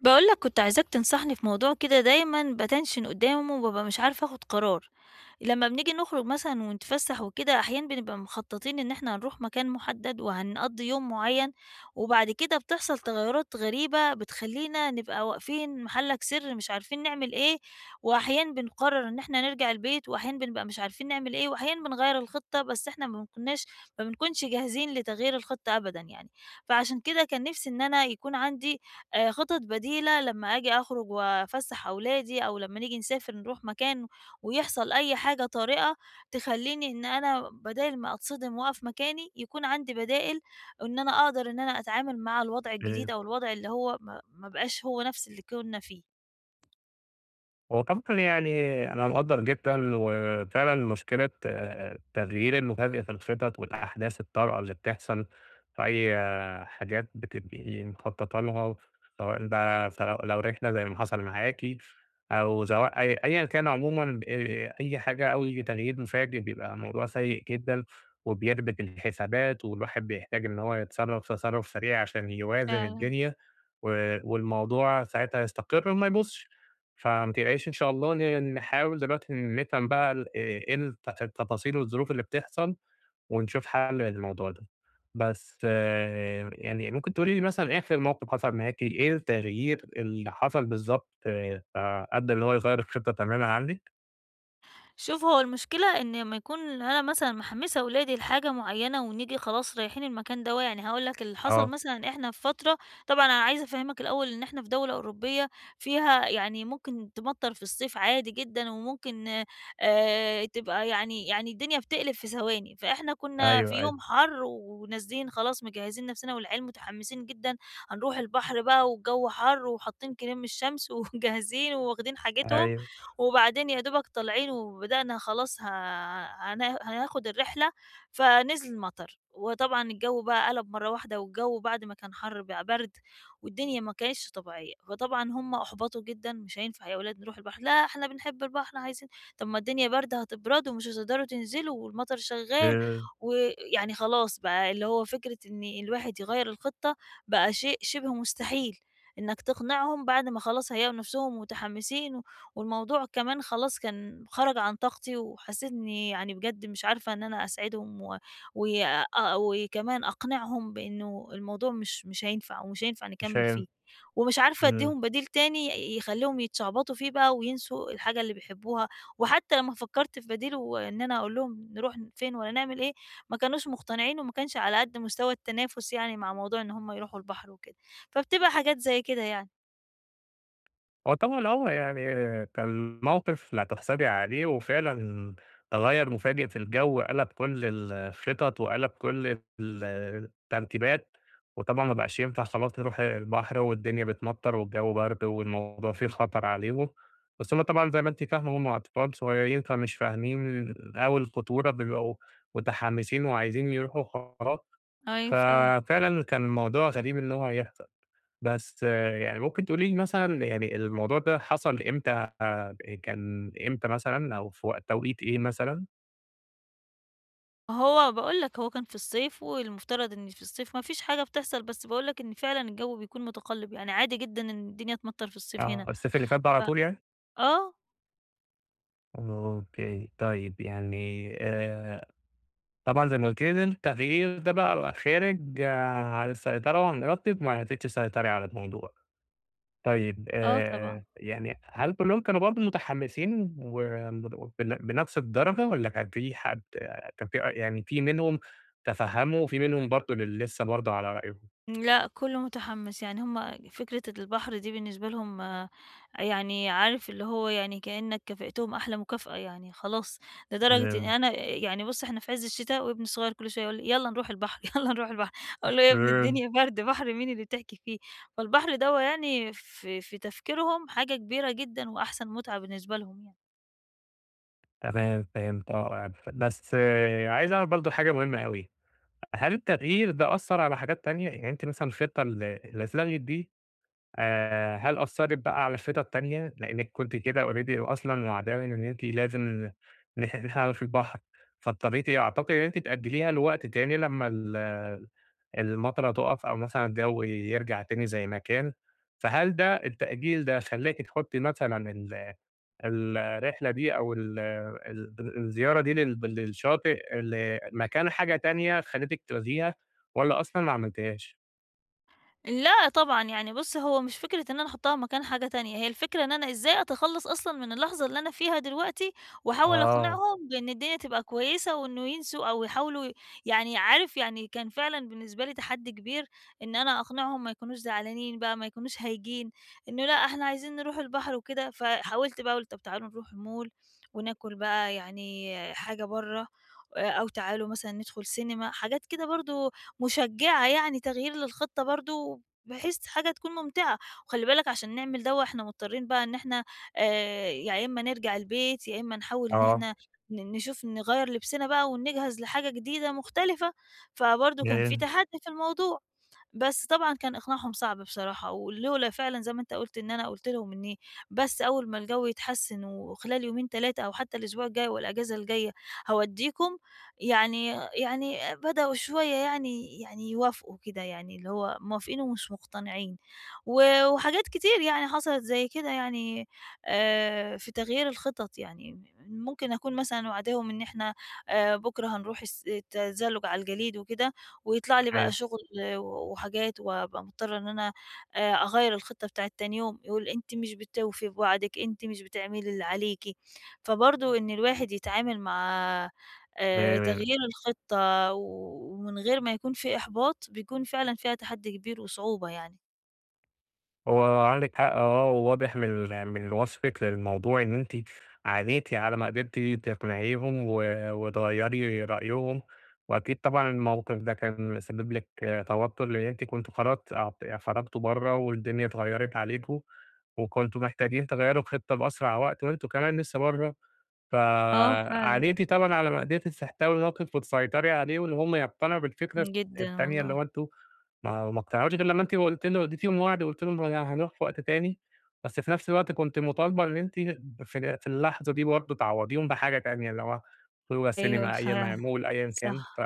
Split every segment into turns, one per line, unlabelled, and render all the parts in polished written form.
باقول لك كنت عايزاك تنصحني في موضوع كده، دايمًا باتنشن قدّامه وبابقى مش عارفة آخُد قرار. لمّا بنيجي نخرج مثلًا ونتفسّح وكده، أحيانًا بنبقى مخططين إن إحنا هنروح مكان مُحدد وهنقضّي يوم معيّن، وبعد كده بتحصل تغيّرات غريبة بتخلّينا نبقى واقفين محلك سر، مش عارفين نعمل إيه. وأحيانًا بنقرّر إن إحنا نرجع البيت، وأحيانًا بنبقى مش عارفين نعمل إيه، وأحيانًا بنغيّر الخطة، بس إحنا ما بنكونش جاهزين لتغيير الخطة أبدًا يعني. فعشان كده كان نِفْسي إن أنا يكون عندي خطط بديلة لمّا آجي أخرج وأفسّح أولادي، أو لمّا نيجي نسافر نروح مكان ويحصل أي حاجة طارئة تخلّيني إن أنا بدال ما أتصدم وأقف مكاني، يكون عندي بدائل إن أنا أقدر إن أنا أتعامل مع الوضع
إمم.
الجديد، أو الوضع اللي هو ما بقاش هو نفس اللي كُنّا فيه.
هو طبعًا يعني أنا مقدّر جدًا، وفعلًا مشكلة التغيير المفاجئ في الخطط والأحداث الطارئة اللي بتحصل في أي حاجات بتبقي مخططة لها، سواء لو رحلة زي ما حصل معاكِ، أو سواء أيًا كان عمومًا أي حاجة أو أي تغيير مفاجئ بيبقى موضوع سيء جدًا، وبيربك الحسابات، والواحد بيحتاج إن هو يتصرّف تصرُّف سريع عشان يوازن
فعلًا.
الدنيا، والموضوع ساعتها يستقر وما يبوظش. فما تقلقيش إن شاء الله نحاول دلوقتي نفهم بقى ال إيه التفاصيل والظروف اللي بتحصل، ونشوف حل للموضوع ده. بس يعني ممكن تقولي لي مثلًا آخر موقف حصل معاكِ، إيه التغيير اللي حصل بالضبط فأدّى إن هو يغيّر الخطة تمامًا عندِك؟
شوف، هو المشكلة إن لمّا يكون أنا مثلًا محمّسة ولادي لحاجة معيّنة، ونيجي خلاص رايحين المكان دوّة، يعني هاقول لك اللي حصل
آه،
مثلًا. إحنا في فترة، طبعًا أنا عايزة أفهّمك الأول، إن إحنا في دولة أوروبية فيها يعني ممكن تمطّر في الصيف عادي جدًا، وممكن تبقى يعني الدنيا بتقلب في ثواني. فإحنا كُنّا في
أيوه، أيوه،
يوم حَر، ونازلين خلاص مجهّزين نَفْسنا والعيال متحمّسين جدًا، هنروح البحر بقى والجو حَر، وحاطّين كريم الشمس ومجهّزين وواخدين حاجتهم،
أيوه،
وبعدين يا دوبك طالعين وبدأنا خلاص، هنا هناخد الرحلة، فنزل مطر. وطبعًا الجو بقى قَلَب مرّة واحدة، والجو بعد ما كان حَر بقى برد، والدنيا ما كانتش طبيعية، فطبعًا هُم أُحبطوا جدًا. "مش هينفع يا ولاد نروح البحر." "لأ، إحنا بنحب البحر، عايزين." "طَب ما الدنيا باردة، هتبردوا ومش هتقدروا تنزلوا والمطر شغّال."
إمم،
ويعني خلاص بقى، اللي هو فكرة إن الواحد يغيّر الخطة بقى شيء شِبه مستحيل، إنك تقنعهم بعد ما خلاص هيلاقوا نَفْسهم متحمسين. و والموضوع كمان خلاص كان خرج عن طاقتي، وحسيت إني يعني بجد مش عارفة إن أنا أساعدهم، و وأ وكمان أقنعهم بإنه الموضوع مش هينفع، ومش هينفع نكمّل
عشان.
فيه، ومش عارفة
إمم.
أدّيهم بديل تاني يخلّيهم يتشعبطوا فيه بقى، وينسوا الحاجة اللي بيحبوها. وحتى لمّا فكّرت في بديل، وإن أنا أقول لهم نروح فين والّا نعمل إيه، ما كانوش مقتنعين، وما كانش على قد مستوى التنافس يعني مع موضوع إن هم يروحوا البحر وكده. فبتبقى حاجات زي كده يعني.
هو طبعًا يعني كان موقف لا تحسدي عليه، وفعلًا تغيُّر مفاجئ في الجو قلب كل الخطط وقلب كل الترتيبات، وطبعًا ما بقاش ينفع خلاص نروح البحر والدنيا بتمطر والجو برد والموضوع فيه خطر عليهم، بس هم طبعًا زي ما أنتِ فاهمة هم أطفال صغيرين فمش فاهمين أوي الخطورة، بيبقوا متحمسين وعايزين يروحوا وخلاص،
أيوه فعلًا.
ففعلًا كان الموضوع غريب إن هو هيحصل. بس يعني ممكن تقولي لي مثلًا يعني الموضوع ده حصل إمتى، كان إمتى مثلًا أو في توقيت إيه مثلًا؟
هو باقول لك، هو كان في الصيف، والمفترض إن في الصيف ما فيش حاجة بتحصل، بس باقول لك إن فعلًا الجو بيكون متقلِّب، يعني عادي جدًا إن الدنيا تمطَّر في الصيف
آه،
هنا.
الصيف اللي فات ده على
ف
طول يعني؟
آه.
أوكي، طيب يعني طبعًا زي ما قُلتِ لي التغيير ده بقى خارج عن السيطرة وعن إرادتِك، ما عرفتيش تسيطري على الموضوع. طيب
آه طبعًا.
يعني هل كلّهم كانوا برضه متحمّسين و بنفس الدرجة والّا كان في يعني في منهم تفهّموا وفي منهم برضه اللي لسه برضه على رأيهم؟
لأ، كُلّه متحمّس، يعني هُم فكرة البحر دي بالنسبة لهم آه، يعني عارف، اللي هو يعني كإنّك كافئتهم أحلى مكافأة يعني، خلاص. لدرجة إن
إمم،
أنا يعني بُص، إحنا في عِز الشتا وابني الصغير كل شوية يقول لي: "يالّا نروح البحر، يالّا نروح البحر." أقول له: "يا ابني،
إمم،
الدنيا برد، بحر مين اللي بتحكي فيه؟" فالبحر دوّة يعني في تفكيرهم حاجة كبيرة جدًا، وأحسن مُتعة بالنسبة لهم يعني.
تمام فهمت يعني بس عايز أعرف برضه حاجة مهمة أوي، هل التغيير ده أثّر على حاجات تانية؟ يعني أنتِ مثلًا الخطة اللي اتلغت دي هل أثّرت بقى على الخطط التانية؟ لإنِّك كنتِ كده already أصلًا وعداوي إن أنتِ لازم نحاول في البحر، فاضطريتِ أعتقد إن أنتِ تأجّليها لوقت تاني لمّا المطرة تُقَف أو مثلًا الجو يرجع تاني زي ما كان، فهل ده التأجيل ده خلّاكِ تحُطّي مثلًا الرحلة دي أو ال ال الزيارة دي للشاطئ مكان حاجة تانية خلّتِك تلغيها والّا أصلًا ما عملتيهاش؟
لأ طبعًا، يعني بُص، هو مش فكرة إن أنا أحطها مكان حاجة تانية، هي الفكرة إن أنا إزاي أتخلّص أصلًا من اللحظة اللي أنا فيها دلوقتي، واحاول
آه،
أقنعهم بإن الدنيا تبقى كويسة، وإنه ينسوا أو يحاولوا يعني عارف، يعني كان فعلًا بالنسبة لي تحدي كبير إن أنا أقنعهم ما يكونوش زعلانين بقى، ما يكونوش هايجين، إنه لأ إحنا عايزين نروح البحر وكده. فحاولت بقى، قُلت: "طب تعالوا نروح mall، وناكل بقى يعني حاجة برّه. أو تعالوا مثلًا ندخل سينما." حاجات كده برضه مشجعة، يعني تغيير للخطة برضه، بحيث حاجة تكون ممتعة. وخلّي بالك، عشان نعمل دوّة إحنا مضطرين بقى إن إحنا يا إما نرجع البيت، يا إما نحاول إن
آه.
إحنا نشوف نغيّر لبسنا بقى ونجهز لحاجة جديدة مختلفة. فبرضه كان في
جميل.
تحدي في الموضوع. بس طبعًا كان إقناعهم صعب بصراحة، ولولا فعلًا زي ما أنت قُلت، إن أنا قُلت لهم إني بس أول ما الجو يتحسن وخلال يومين 3، أو حتى الأسبوع الجاي والأجازة الجاية، هاودّيكم، يعني يعني بدأوا شوية يعني يوافقوا كده، يعني اللي هو موافقين ومش مقتنعين. و وحاجات كتير يعني حصلت زي كده، يعني في تغيير الخطط. يعني ممكن أكون مثلًا واعداهم إن إحنا بكرة هنروح التزلج على الجليد وكده، ويطلع لي بقى شغل و وحاجات، وابقى مضطرة إن أنا أغيّر الخطة بتاعة تاني يوم، يقول: "أنتِ مش بتوفي بوعدِك، أنتِ مش بتعملي اللي عليكِ." فبرضه إن الواحد يتعامل مع
آآ،
تغيير الخطة و ومن غير ما يكون في إحباط، بيكون فعلًا فيها تحدي كبير وصعوبة يعني.
هو عندِك حق وواضح من وصفِك للموضوع إن أنتِ عانيتِ على ما قدرتِ تقنعيهم وتغيّري رأيهم، وأكيد طبعًا الموقف ده كان سبب لِك توتر لإن أنتِ كنتم خلاص خرجتوا برّه والدنيا اتغيّرت عليكم، وكنتم محتاجين تغيّروا الخطة بأسرع وقت وأنتم كمان لسه برّه.
آه فعلًا.
فعليقتي طبعًا على مأدبة السحتاوي تقف وتسيطري عليه، وإن هم يقتنعوا بالفكرة
جدًا
التانية اللي هو
والله.
أنتم ما اقتنعوش غير لمّا أنتِ قلتِ له اديتيهم وعد وقلتِ لهم يعني هنروح في وقت تاني، بس في نفس الوقت كنتِ مطالبة إن أنتِ في اللحظة دي برضه تعوّضيهم بحاجة تانية، اللي هو صورة
أيوه
سينما، أي
فعلًا،
معمول، أيًا كان،
صح.
ف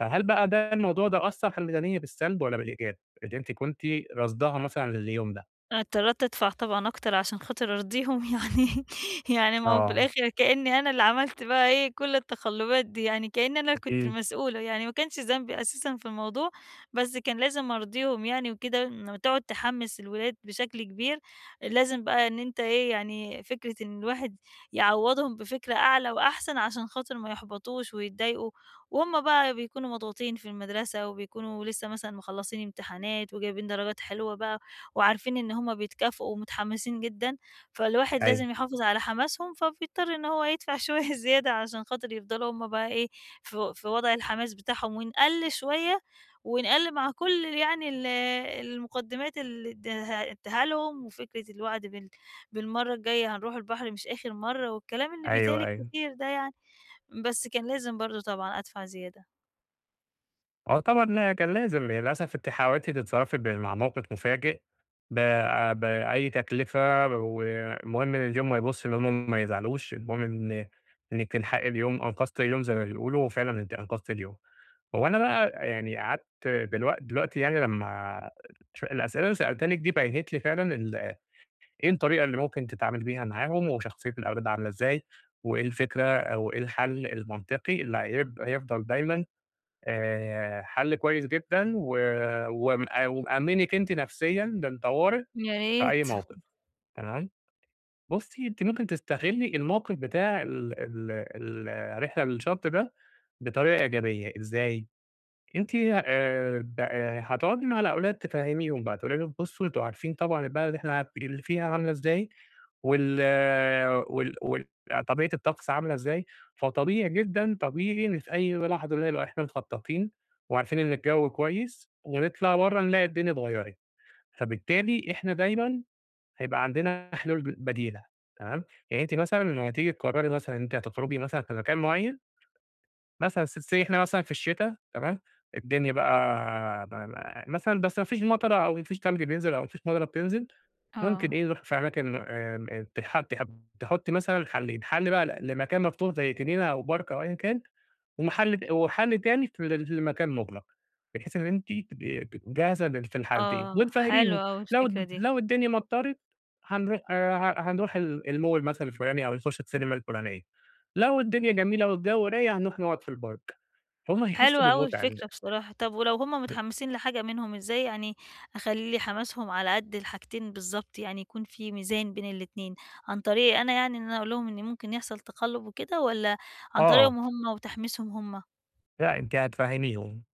فهل بقى ده الموضوع ده أثّر في الميزانية بالسلب والّا بالإيجاب؟ اللي أنتِ كنتِ راصداها مثلًا لليوم ده؟
اضطريت أدفع طبعًا أكتر عشان خاطر أرضيهم، يعني ما هو في
آه،
الآخر كإني أنا اللي عملت بقى إيه كل التقلُّبات دي، يعني كإني أنا اللي كنت
أكيد.
المسؤولة، يعني ما كانش ذنبي أساسًا في الموضوع. بس كان لازم أرضيهم يعني وكده. لمّا تقعد تحمِّس الولاد بشكل كبير، لازم بقى إن أنت إيه، يعني فكرة إن الواحد يعوّضهم بفكرة أعلى وأحسن، عشان خاطر ما يحبطوش ويتضايقوا. وهُم بقى بيكونوا مضغوطين في المدرسة، وبيكونوا لسه مثلًا مخلّصين امتحانات وجايبين درجات حلوة بقى، وعارفين إن هُم بيتكافئوا ومتحمسين جدًا. فالواحد
أيوه،
لازم يحافظ على حماسهم، فبيضطر إن هو يدفع شوية زيادة، عشان خاطر يفضلوا هُم بقى إيه، في وضع الحماس بتاعهم، ونقَل شوية، ونقَل مع كل يعني المقدمات اللي ادّاها لهم، وفكرة الوعد بالمرّة الجاية هنروح البحر مش آخر مرّة، والكلام اللي بيتقال
أيوه، أيوه.
الكتير ده يعني. بس كان لازم برضه طبعًا أدفع زيادة.
آه طبعًا، لأ كان لازم للأسف أنتِ حاولتِ تتصرّفي مع موقف مفاجئ ب بأي تكلفة، والمهم إن اليوم ما يبوظش، إن هُم ما يزعلوش، المهم إن إنِّك تلحقي اليوم، أنقذتِ اليوم زي ما بيقولوا، وفعلًا أنتِ أنقذتِ اليوم. هو أنا بقى يعني قعدت دلوقتي يعني لمّا الأسئلة اللي سألتها لِك دي بيّنت لي فعلًا إيه الطريقة اللي ممكن تتعامل بيها معاهم، وشخصية الأولاد عاملة إزاي، وإيه الفكرة أو إيه الحل المنطقي اللي هيفضل دايمًا حل كويس جدًا و وم ومأمّنِك أنتِ نفسيًا للطوارئ
يا
في أي
ريت.
موقف، تمام، بُصّي أنتِ ممكن تستغلّي الموقف بتاع ال ال ال الرحلة للشط ده بطريقة إيجابية، إزاي؟ أنتِ ب هتقعدي مع الأولاد تفهّميهم بقى، تقولي لهم بُصّوا أنتم عارفين طبعًا البلد اللي إحنا اللي فيها عاملة إزاي، وال وال وال طبيعة الطقس عاملة إزاي، فطبيعي جدًا، طبيعي إن في أي لحظة نبقى إحنا مخططين وعارفين إن الجو كويس ونطلع برّه نلاقي الدنيا اتغيّرت، فبالتالي إحنا دايمًا هيبقى عندنا حلول بديلة تمام، يعني أنتِ مثلًا لمّا تيجي تقرري مثلًا إن أنتِ هتخرجي مثلًا في مكان معيّن، مثلًا let's say إحنا مثلًا في الشتا تمام، الدنيا بقى م م مثلًا بس ما فيش مطرة أو ما فيش تلج بينزل أو ما فيش مطرة بتنزل. ممكن
آه.
إيه نروح في أماكن آمم آه، تح تح تحُطّي مثلًا حلّين، حَل بقى لمكان مفتوح زي جنينة أو بارك أو أيًا كان، ومحل ت وحَل تاني في ل لمكان مُغلق، بحيث إن أنتِ تبقي جاهزة في الحالتين
آه،
وتفهّميهم،
حلوة أوي
لو
الفكرة
الد
دي.
لو الدنيا مطَّرت هنروح الmall مثلًا الفُلاني أو نخُش السينما الفُلانية، لو الدنيا جميلة والجو رايق هنروح نقعد في البارك، هُم هيحسّوا
حلوة أوي
بالمتعة.
الفكرة بصراحة. طب ولو هُم متحمسين لحاجة منهم، إزاي يعني أخلّي لي حماسهم على قد الحاجتين بالضبط، يعني يكون في ميزان بين الاتنين؟ عن طريقي أنا، يعني إن أنا أقول لهم إن ممكن يحصل تقلُّب وكده، والّا عن
آه،
طريقهم هُم وتحميسهم هُم؟
لأ أنتِ هتفهّميهم.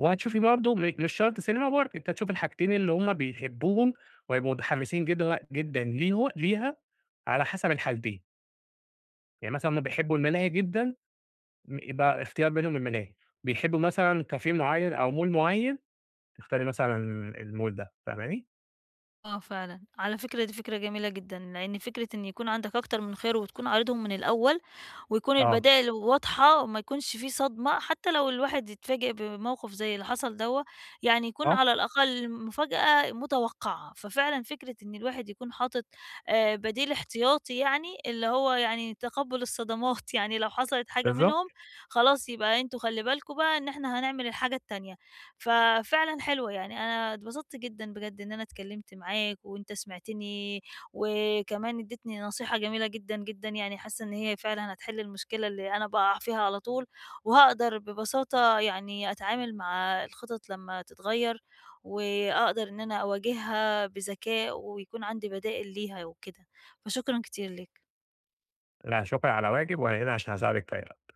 وهتشوفي برضه مش شرط سينما برضه، أنتِ هتشوفي الحاجتين اللي هُم بيحبوهم وهيبقوا متحمسين جدًا جدًا ليها على حسب الحالتين، يعني مثلًا هُم بيحبوا الملاهي جدًا يبقى اختيار بينهم الملاهي، بيحبوا مثلًا كافيه معين أو مول معين، اختاري مثلًا المول ده، فاهماني؟
آه فعلًا، على فكرة دي فكرة جميلة جدًا، لإن فكرة إن يكون عندك أكتر من خيار، وتكون عارضهم من الأول، ويكون
آه،
البدائل واضحة وما يكونش في صدمة، حتى لو الواحد اتفاجئ بموقف زي اللي حصل دوّة. يعني يكون
آه،
على الأقل مفاجأة متوقعة. ففعلًا فكرة إن الواحد يكون حاطط بديل احتياطي يعني، اللي هو يعني تقبُّل الصدمات، يعني لو حصلت حاجة منهم،
بالضبط،
خلاص يبقى أنتم خلّي بالكم بقى إن إحنا هنعمل الحاجة التانية. ففعلًا حلوة. يعني أنا اتبسطت جدًا بجد إن أنا اتكلمت معاك، وأنت سمعتني، وكمان اديتني نصيحة جميلة جدًا. جدًا يعني حاسة إن هي فعلًا هتحل المشكلة اللي أنا باقع فيها على طول، وهاقدر ببساطة يعني أتعامل مع الخطط لمّا تتغير، وأقدر إن أنا أواجهها بذكاء ويكون عندي بدائل ليها وكده. فشكرًا كتير ليك.
لا شكرًا على واجب وأنا هنا عشان أساعدِك في أي وقت.